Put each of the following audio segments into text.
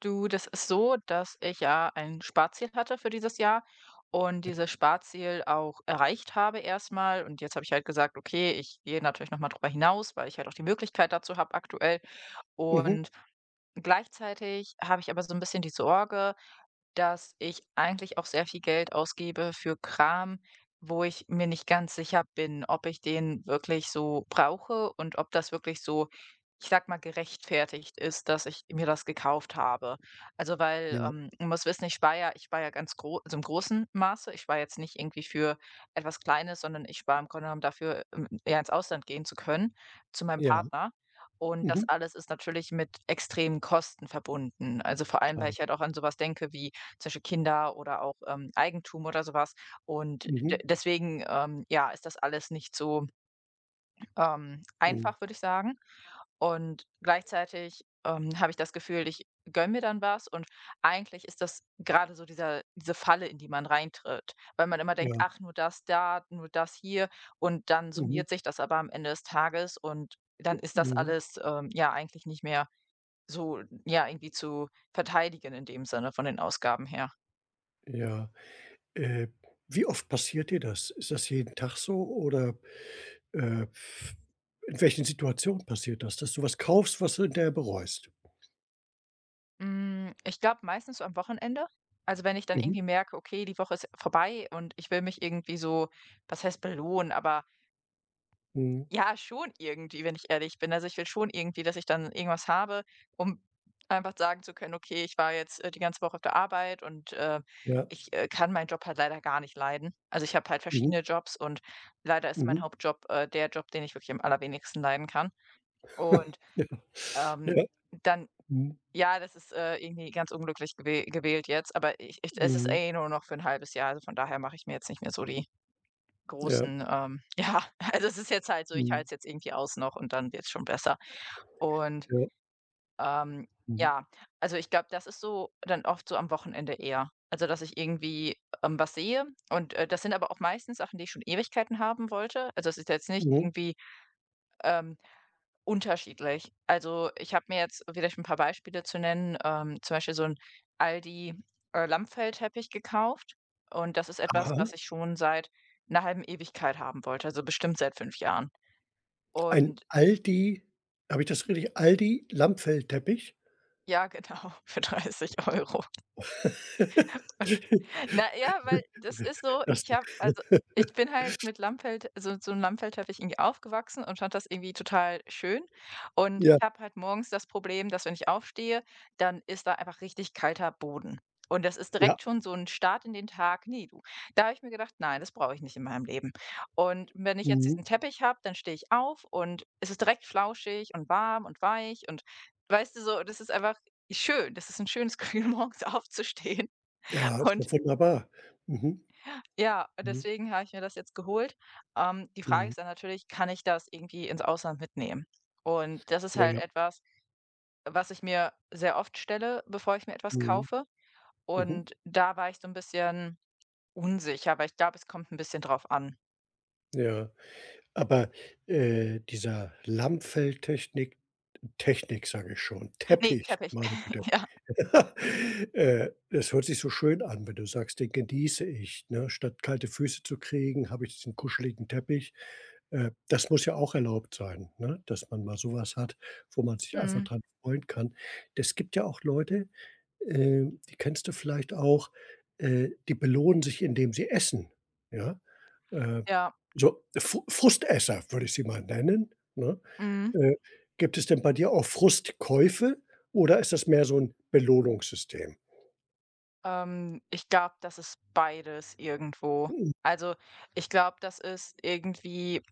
Du, das ist so, dass ich ja ein Sparziel hatte für dieses Jahr und dieses Sparziel auch erreicht habe erstmal. Und jetzt habe ich halt gesagt, okay, ich gehe natürlich nochmal drüber hinaus, weil ich halt auch die Möglichkeit dazu habe aktuell. Mhm. Und gleichzeitig habe ich aber so ein bisschen die Sorge, dass ich eigentlich auch sehr viel Geld ausgebe für Kram, wo ich mir nicht ganz sicher bin, ob ich den wirklich so brauche und ob das wirklich so, ich sag mal, gerechtfertigt ist, dass ich mir das gekauft habe. Also weil, Ja, man muss wissen, ich spare ja ganz groß, also im großen Maße. Ich spare jetzt nicht irgendwie für etwas Kleines, sondern ich spare im Grunde genommen dafür, ja, ins Ausland gehen zu können, zu meinem ja. Partner. Und das Mhm. alles ist natürlich mit extremen Kosten verbunden. Also vor allem, weil Schade. ich halt auch an sowas denke wie zum Beispiel Kinder oder auch, Eigentum oder sowas. Und de Mhm. deswegen, ja, ist das alles nicht so, Mhm. einfach, würde ich sagen. Und gleichzeitig, habe ich das Gefühl, ich gönne mir dann was, und eigentlich ist das gerade so diese Falle, in die man reintritt, weil man immer denkt: Ja. „Ach, nur das da, nur das hier“, und dann Mhm. summiert sich das aber am Ende des Tages und dann ist das Mhm. alles, ja, eigentlich nicht mehr so, ja, irgendwie zu verteidigen in dem Sinne von den Ausgaben her. Ja. Äh, Wie oft passiert dir das? Ist das jeden Tag so oder, äh, in welchen Situationen passiert das, dass du was kaufst, was du hinterher bereust? Hm, ich glaube meistens so am Wochenende. Also, wenn ich dann Mhm. irgendwie merke: „Okay, die Woche ist vorbei und ich will mich irgendwie so“, was heißt belohnen, aber Mhm. ja, schon irgendwie, wenn ich ehrlich bin. Also, ich will schon irgendwie, dass ich dann irgendwas habe, um einfach sagen zu können: „Okay, ich war jetzt, die ganze Woche auf der Arbeit und, Ja. ich, kann meinen Job halt leider gar nicht leiden.“ Also, ich habe halt Mhm. verschiedene Jobs und leider ist mein Mhm. Hauptjob, der Job, den ich wirklich am allerwenigsten leiden kann. Und, Ja. ähm, Ja. dann Mhm. ja, das ist, irgendwie ganz unglücklich gewählt jetzt, aber ich, es ist Mhm. eh nur noch für ein halbes Jahr, also von daher mache ich mir jetzt nicht mehr so die Ja. großen, ähm, ja, also es ist jetzt halt so, ich Mhm. halte es jetzt irgendwie aus noch und dann wird es schon besser. Und, Ja. ähm, Mhm. ja, also ich glaube, das ist so dann oft so am Wochenende eher. Also, dass ich irgendwie, was sehe und, das sind aber auch meistens Sachen, die ich schon Ewigkeiten haben wollte. Also, es ist jetzt nicht Mhm. irgendwie, ähm unterschiedlich. Also, ich habe mir jetzt vielleicht ein paar Beispiele zu nennen, zum Beispiel so ein Aldi, Lammfellteppich gekauft, und das ist etwas, Aha. was ich schon seit einer halben Ewigkeit haben wollte, also bestimmt seit 5 Jahren. Ein Und Aldi, habe ich das richtig? Aldi Lammfellteppich? ja, genau, für 30 Euro. Na ja, weil das ist so, Das ich habe also, ich bin halt mit Lammfell, also so 'n Lammfellteppich, irgendwie aufgewachsen und fand das irgendwie total schön. Und ja, ich habe halt morgens das Problem, dass wenn ich aufstehe, dann ist da einfach richtig kalter Boden. Und das ist ja. direkt schon so 'n Start in den Tag. Ne, du. Da habe ich mir gedacht: „Nein, das brauche ich nicht in meinem Leben.“ Und wenn ich jetzt Mhm. diesen Teppich habe, dann stehe ich auf und es ist direkt flauschig und warm und weich und weißt du so, das ist einfach schön. Das ist 'n schönes Gefühl, morgens aufzustehen, Ja, ist und doch wunderbar. Mhm, ja, mhm, deswegen habe ich mir das jetzt geholt. Die Frage mhm, ist dann natürlich, kann ich das irgendwie ins Ausland mitnehmen? Und das ist halt ja, etwas, was ich mir sehr oft stelle, bevor ich mir etwas mhm, kaufe. mhm, Und da war ich so ein bisschen unsicher, aber ich glaube, es kommt ein bisschen drauf an. ja. Aber, Dieser Lammfelltechnik Technik sage ich schon, Ne, Teppich, Teppich. meine Güte. Ja. Das hört sich so schön an, wenn du sagst, den genieße ich, ne? Statt kalte Füße zu kriegen, habe ich diesen kuscheligen Teppich. Das muss ja auch erlaubt sein, ne, dass man mal so was hat, wo man sich einfach Mhm. dran freuen kann. Das gibt ja auch Leute. Die kennst du vielleicht auch, die belohnen sich, indem sie essen, ja? Äh, Ja. so Frustesser würde ich sie mal nennen, ne? Mhm. Äh, gibt es denn bei dir auch Frustkäufe oder ist das mehr so ein Belohnungssystem? Ich glaube, das ist beides irgendwo. Mhm. Also, ich glaube, das ist irgendwie,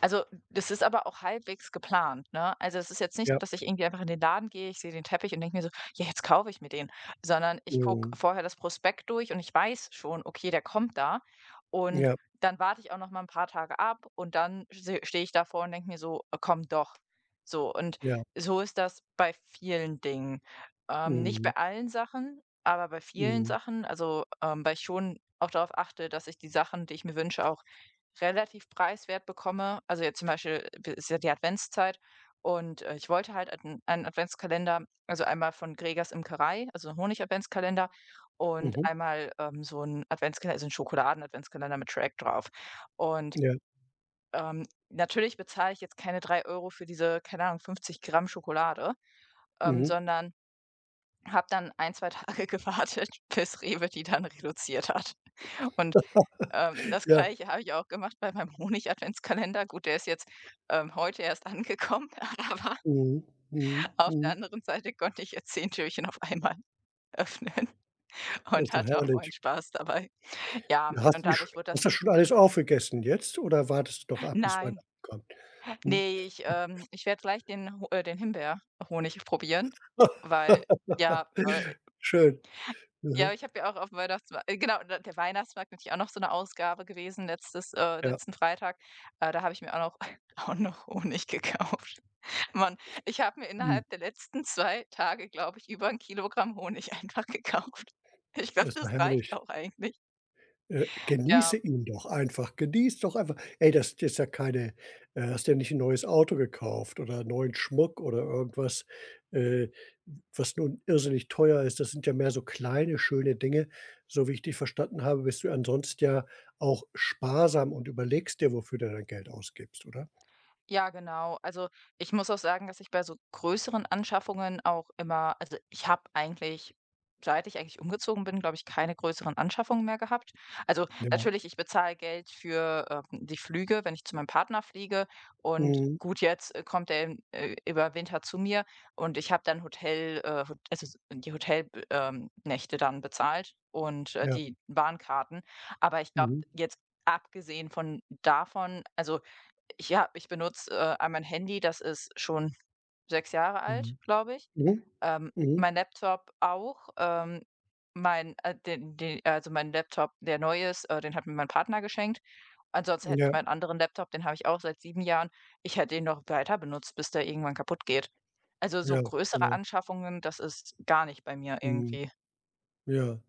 also, das ist aber auch halbwegs geplant, ne? Also, es ist jetzt nicht so, Ja, dass ich irgendwie einfach in den Laden gehe, ich sehe den Teppich und denke mir so: „Ja, jetzt kaufe ich mir den“, sondern ich gucke mhm. vorher das Prospekt durch und ich weiß schon: „Okay, der kommt da“, und Ja, dann warte ich auch noch mal ein paar Tage ab und dann stehe ich davor und denke mir so: komm doch.“ So, und ja. so ist das bei vielen Dingen. Nicht Mhm, bei allen Sachen, aber bei vielen mhm, Sachen, also, weil ich schon auch darauf achte, dass ich die Sachen, die ich mir wünsche, auch relativ preiswert bekomme. Also jetzt zum Beispiel, ist ja die Adventszeit, und ich wollte halt einen Adventskalender, also einmal von Gregers Imkerei, also einen Honig-Adventskalender, und mhm. einmal, so einen Adventskalender, also einen Schokoladen-Adventskalender mit Track drauf. Und Ja, natürlich bezahle ich jetzt keine 3 Euro für diese, keine Ahnung, 50 Gramm Schokolade, mhm. sondern habe dann ein, zwei Tage gewartet, bis Rewe die dann reduziert hat. Und das Ja, Gleiche habe ich auch gemacht bei meinem Honig-Adventskalender. Gut, der ist jetzt, heute erst angekommen, aber mhm, mhm, auf der mhm. anderen Seite konnte ich jetzt 10 Türchen auf einmal öffnen Das und ist doch hatte auch meinen herrlich. Spaß dabei. Ja, und dadurch wurde das Hast du das schon alles aufgegessen jetzt oder wartest du noch ab, bis Weihnachten nein, kommt? Mhm. nee, ich, ich werde gleich den Ho den Himbeerhonig probieren, weil ja, Schön. ja, Mhm. ich habe ja auch auf dem Weihnachtsmarkt, genau, d der Weihnachtsmarkt natürlich auch noch so eine Ausgabe gewesen, letztes Ja. letzten Freitag. Da habe ich mir auch noch auch noch Honig gekauft. Mann, ich habe mir Mhm. innerhalb der letzten 2 Tage, glaube ich, über ein Kilogramm Honig einfach gekauft. Ich glaube, Das ist doch das reicht herrlich. auch eigentlich, ja. Genieße ihn doch einfach. Genieß doch einfach. Ey, das ist jetzt ja keine, hast ja nicht ein neues Auto gekauft oder einen neuen Schmuck oder irgendwas, äh, was nun irrsinnig teuer ist. Das sind ja mehr so kleine, schöne Dinge. So wie ich dich verstanden habe, bist du ja ansonsten ja auch sparsam und überlegst dir, wofür du dein Geld ausgibst, oder? Ja, genau. Also ich muss auch sagen, dass ich bei so größeren Anschaffungen auch immer, also ich habe eigentlich, seit ich eigentlich umgezogen bin, glaube ich, keine größeren Anschaffungen mehr gehabt. Also Ja. natürlich, ich bezahle Geld für, die Flüge, wenn ich zu meinem Partner fliege. Und Mhm. gut, jetzt kommt er im, über Winter zu mir, und ich habe dann Hotel, die Hotelnächte, Nächte dann bezahlt und Ja. die Bahnkarten. Aber ich glaube, Mhm. jetzt abgesehen von davon, also ja, ich benutze, a mein Handy, das ist schon 6 Jahre alt, Mhm. glaube ich. Mhm. Mhm. Mein Laptop auch. Mein den also, mein Laptop, der neu ist, den hat mir mein Partner geschenkt. Ansonsten hätte ich Ja. meinen anderen Laptop, den habe ich auch seit 7 Jahren. Ich hätte ihn noch weiter benutzt, bis der irgendwann kaputt geht. Also, so Ja, größere genau. Anschaffungen, das ist gar nicht bei mir Mhm, irgendwie. ja.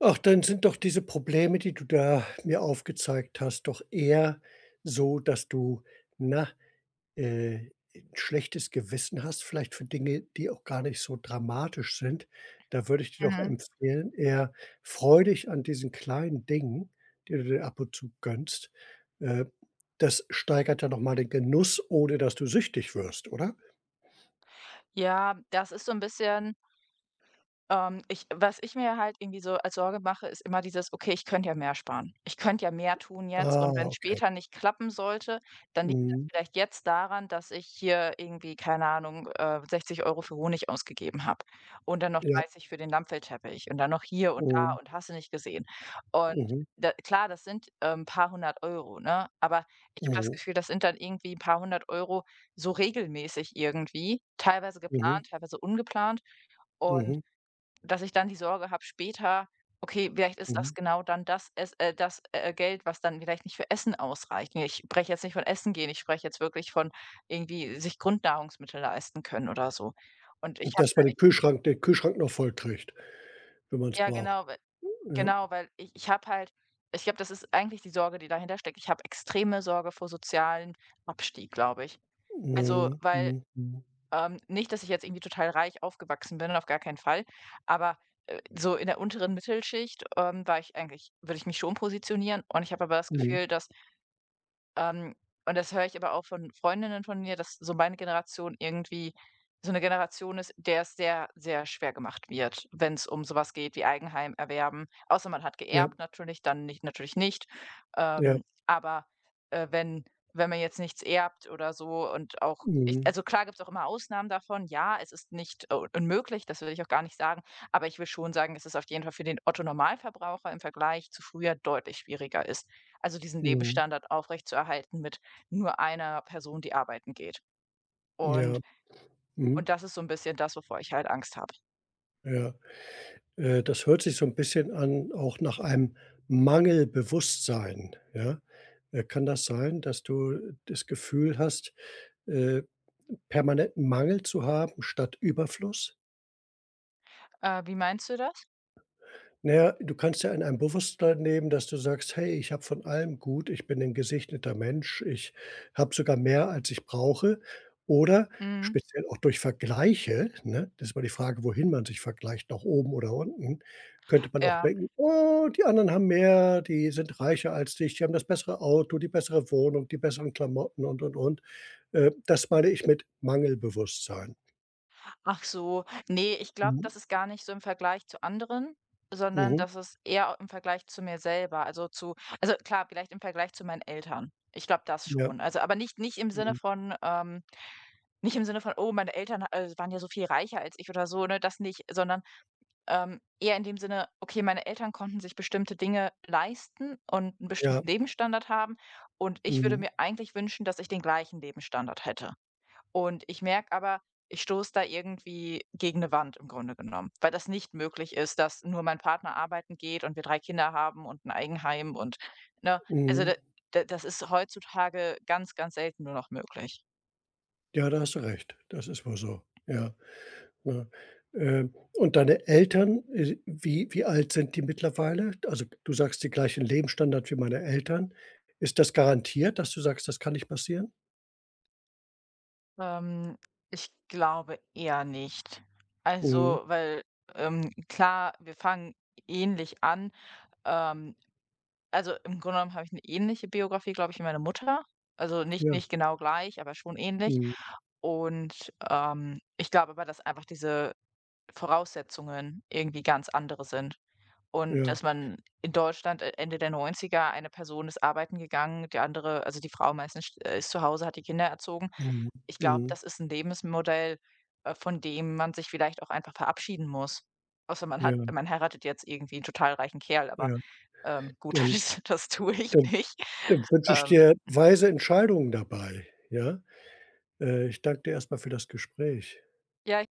Ach, dann sind doch diese Probleme, die du da mir aufgezeigt hast, doch eher so, dass du, na, äh, 'n schlechtes Gewissen hast, vielleicht für Dinge, die auch gar nicht so dramatisch sind. Da würde ich dir doch Mhm. empfehlen, eher freu dich an diesen kleinen Dingen, die du dir ab und zu gönnst. Äh, das steigert ja noch mal den Genuss, ohne dass du süchtig wirst, oder? Ja, das ist so ein bisschen, ich, was ich mir halt irgendwie so als Sorge mache, ist immer dieses: „Okay, ich könnte ja mehr sparen. Ich könnte ja mehr tun jetzt, Ah, und wenn's okay. später nicht klappen sollte, dann liegt das Mhm. vielleicht jetzt daran, dass ich hier irgendwie, keine Ahnung, 60 Euro für Honig ausgegeben habe und dann noch Ja. 30 für den Lammfellteppich und dann noch hier und da Mhm. und hast du nicht gesehen.“ Und Mhm. da klar, das sind, ein paar hundert Euro, ne? Aber ich habe das Mhm. Gefühl, das sind dann irgendwie ein paar hundert Euro so regelmäßig irgendwie, teilweise Mhm. geplant, teilweise ungeplant, und Mhm. dass ich dann die Sorge habe später: „Okay, vielleicht ist Mhm. das genau dann das, Geld, was dann vielleicht nicht für Essen ausreicht.“ Ne, ich spreche jetzt nicht von Essen gehen, ich spreche jetzt wirklich von irgendwie sich Grundnahrungsmittel leisten können oder so. Und ich Und habe dass man den Kühlschrank noch vollkriegt, wenn man es ja braucht. genau, we Ja. genau, weil ich habe halt, ich glaube, das ist eigentlich die Sorge, die dahinter steckt. Ich habe extreme Sorge vor sozialem Abstieg, glaube ich. Also, Mhm. weil, Mhm. Mhm. Nicht, dass ich jetzt irgendwie total reich aufgewachsen bin, auf gar keinen Fall, aber, so in der unteren Mittelschicht, war ich eigentlich, würde ich mich schon positionieren, und ich habe aber das Mhm. Gefühl, dass ähm, und das höre ich aber auch von Freundinnen von mir, dass so meine Generation irgendwie so eine Generation ist, der es sehr, sehr schwer gemacht wird, wenn es um sowas geht wie Eigenheim erwerben. Außer man hat Ja. geerbt, natürlich, dann nicht, natürlich nicht. Ja. Aber, wenn, man jetzt nichts erbt oder so und auch ich, Mhm. also, klar gibt es auch immer Ausnahmen davon. Ja, es ist nicht, unmöglich, das will ich auch gar nicht sagen, aber ich will schon sagen, dass es auf jeden Fall für den Otto Normalverbraucher im Vergleich zu früher deutlich schwieriger ist, also diesen Mhm. Lebensstandard aufrechtzuerhalten mit nur einer Person, die arbeiten geht. Und Ja. Mhm. und das ist so ein bisschen das, wovor ich halt Angst habe. Ja. Das hört sich so ein bisschen an auch nach einem Mangelbewusstsein, ja? Kann das sein, dass du das Gefühl hast, äh, permanenten Mangel zu haben statt Überfluss? Wie meinst du das? Naja, du kannst ja in einem Bewusstsein leben, dass du sagst: „Hey, ich habe von allem gut. Ich bin ein gesegneter Mensch. Ich habe sogar mehr, als ich brauche.“ Oder Mhm. speziell auch durch Vergleiche, ne? Das ist mal die Frage, wohin man sich vergleicht, nach oben oder unten, könnte man auch Ja. denken: „Oh, die anderen haben mehr, die sind reicher als dich, die haben das bessere Auto, die bessere Wohnung, die besseren Klamotten und, und.“ das meine ich mit Mangelbewusstsein. Ach so, nee, ich glaube, Mhm. das ist gar nicht so im Vergleich zu anderen, sondern Mhm. das ist eher im Vergleich zu mir selber, also zu, also klar, vielleicht im Vergleich zu meinen Eltern. Ich glaube, das Ja. schon. Also, aber nicht im Sinne Mhm. von, nicht im Sinne von: „Oh, meine Eltern, waren ja so viel reicher als ich“ oder so, ne, das nicht, sondern, eher in dem Sinne, okay, meine Eltern konnten sich bestimmte Dinge leisten und einen Ja. bestimmten Lebensstandard haben, und ich würde Mhm. mir eigentlich wünschen, dass ich den gleichen Lebensstandard hätte. Und ich merke aber, ich stoße da irgendwie gegen eine Wand im Grunde genommen, weil das nicht möglich ist, dass nur mein Partner arbeiten geht und wir 3 Kinder haben und ein Eigenheim und, ne? Also, Mhm. Da das ist heutzutage ganz, ganz selten nur noch möglich. Ja, da hast du recht. Das ist wohl so, ja, ne? Und deine Eltern, wie alt sind die mittlerweile? Also, du sagst den gleichen Lebensstandard wie meine Eltern. Ist das garantiert, dass du sagst, das kann nicht passieren? Ähm, ich glaube eher nicht. Mhm, Also, weil, klar, wir fangen ähnlich an. Ähm, also im Grunde genommen habe ich eine ähnliche Biografie, glaube ich, wie meine Mutter. Also nicht ja, nicht genau gleich, aber schon ähnlich. mhm, Und, ich glaube aber, dass einfach diese Voraussetzungen irgendwie ganz andere sind. Und ja, dass man in Deutschland e Ende der Neunziger eine Person ist arbeiten gegangen, die andere, also die Frau meistens, st ist zu Hause, hat die Kinder erzogen. mhm, Ich glaube, mhm, das ist ein Lebensmodell, von dem man sich vielleicht auch einfach verabschieden muss. Außer man ja, hat, man heiratet jetzt irgendwie einen total reichen Kerl, aber, ja. Gut, Dann das tue ich dann nicht. Dann wünsche ich Ähm, dir weise Entscheidungen dabei, ja? Ich danke dir erst mal für das Gespräch. ja,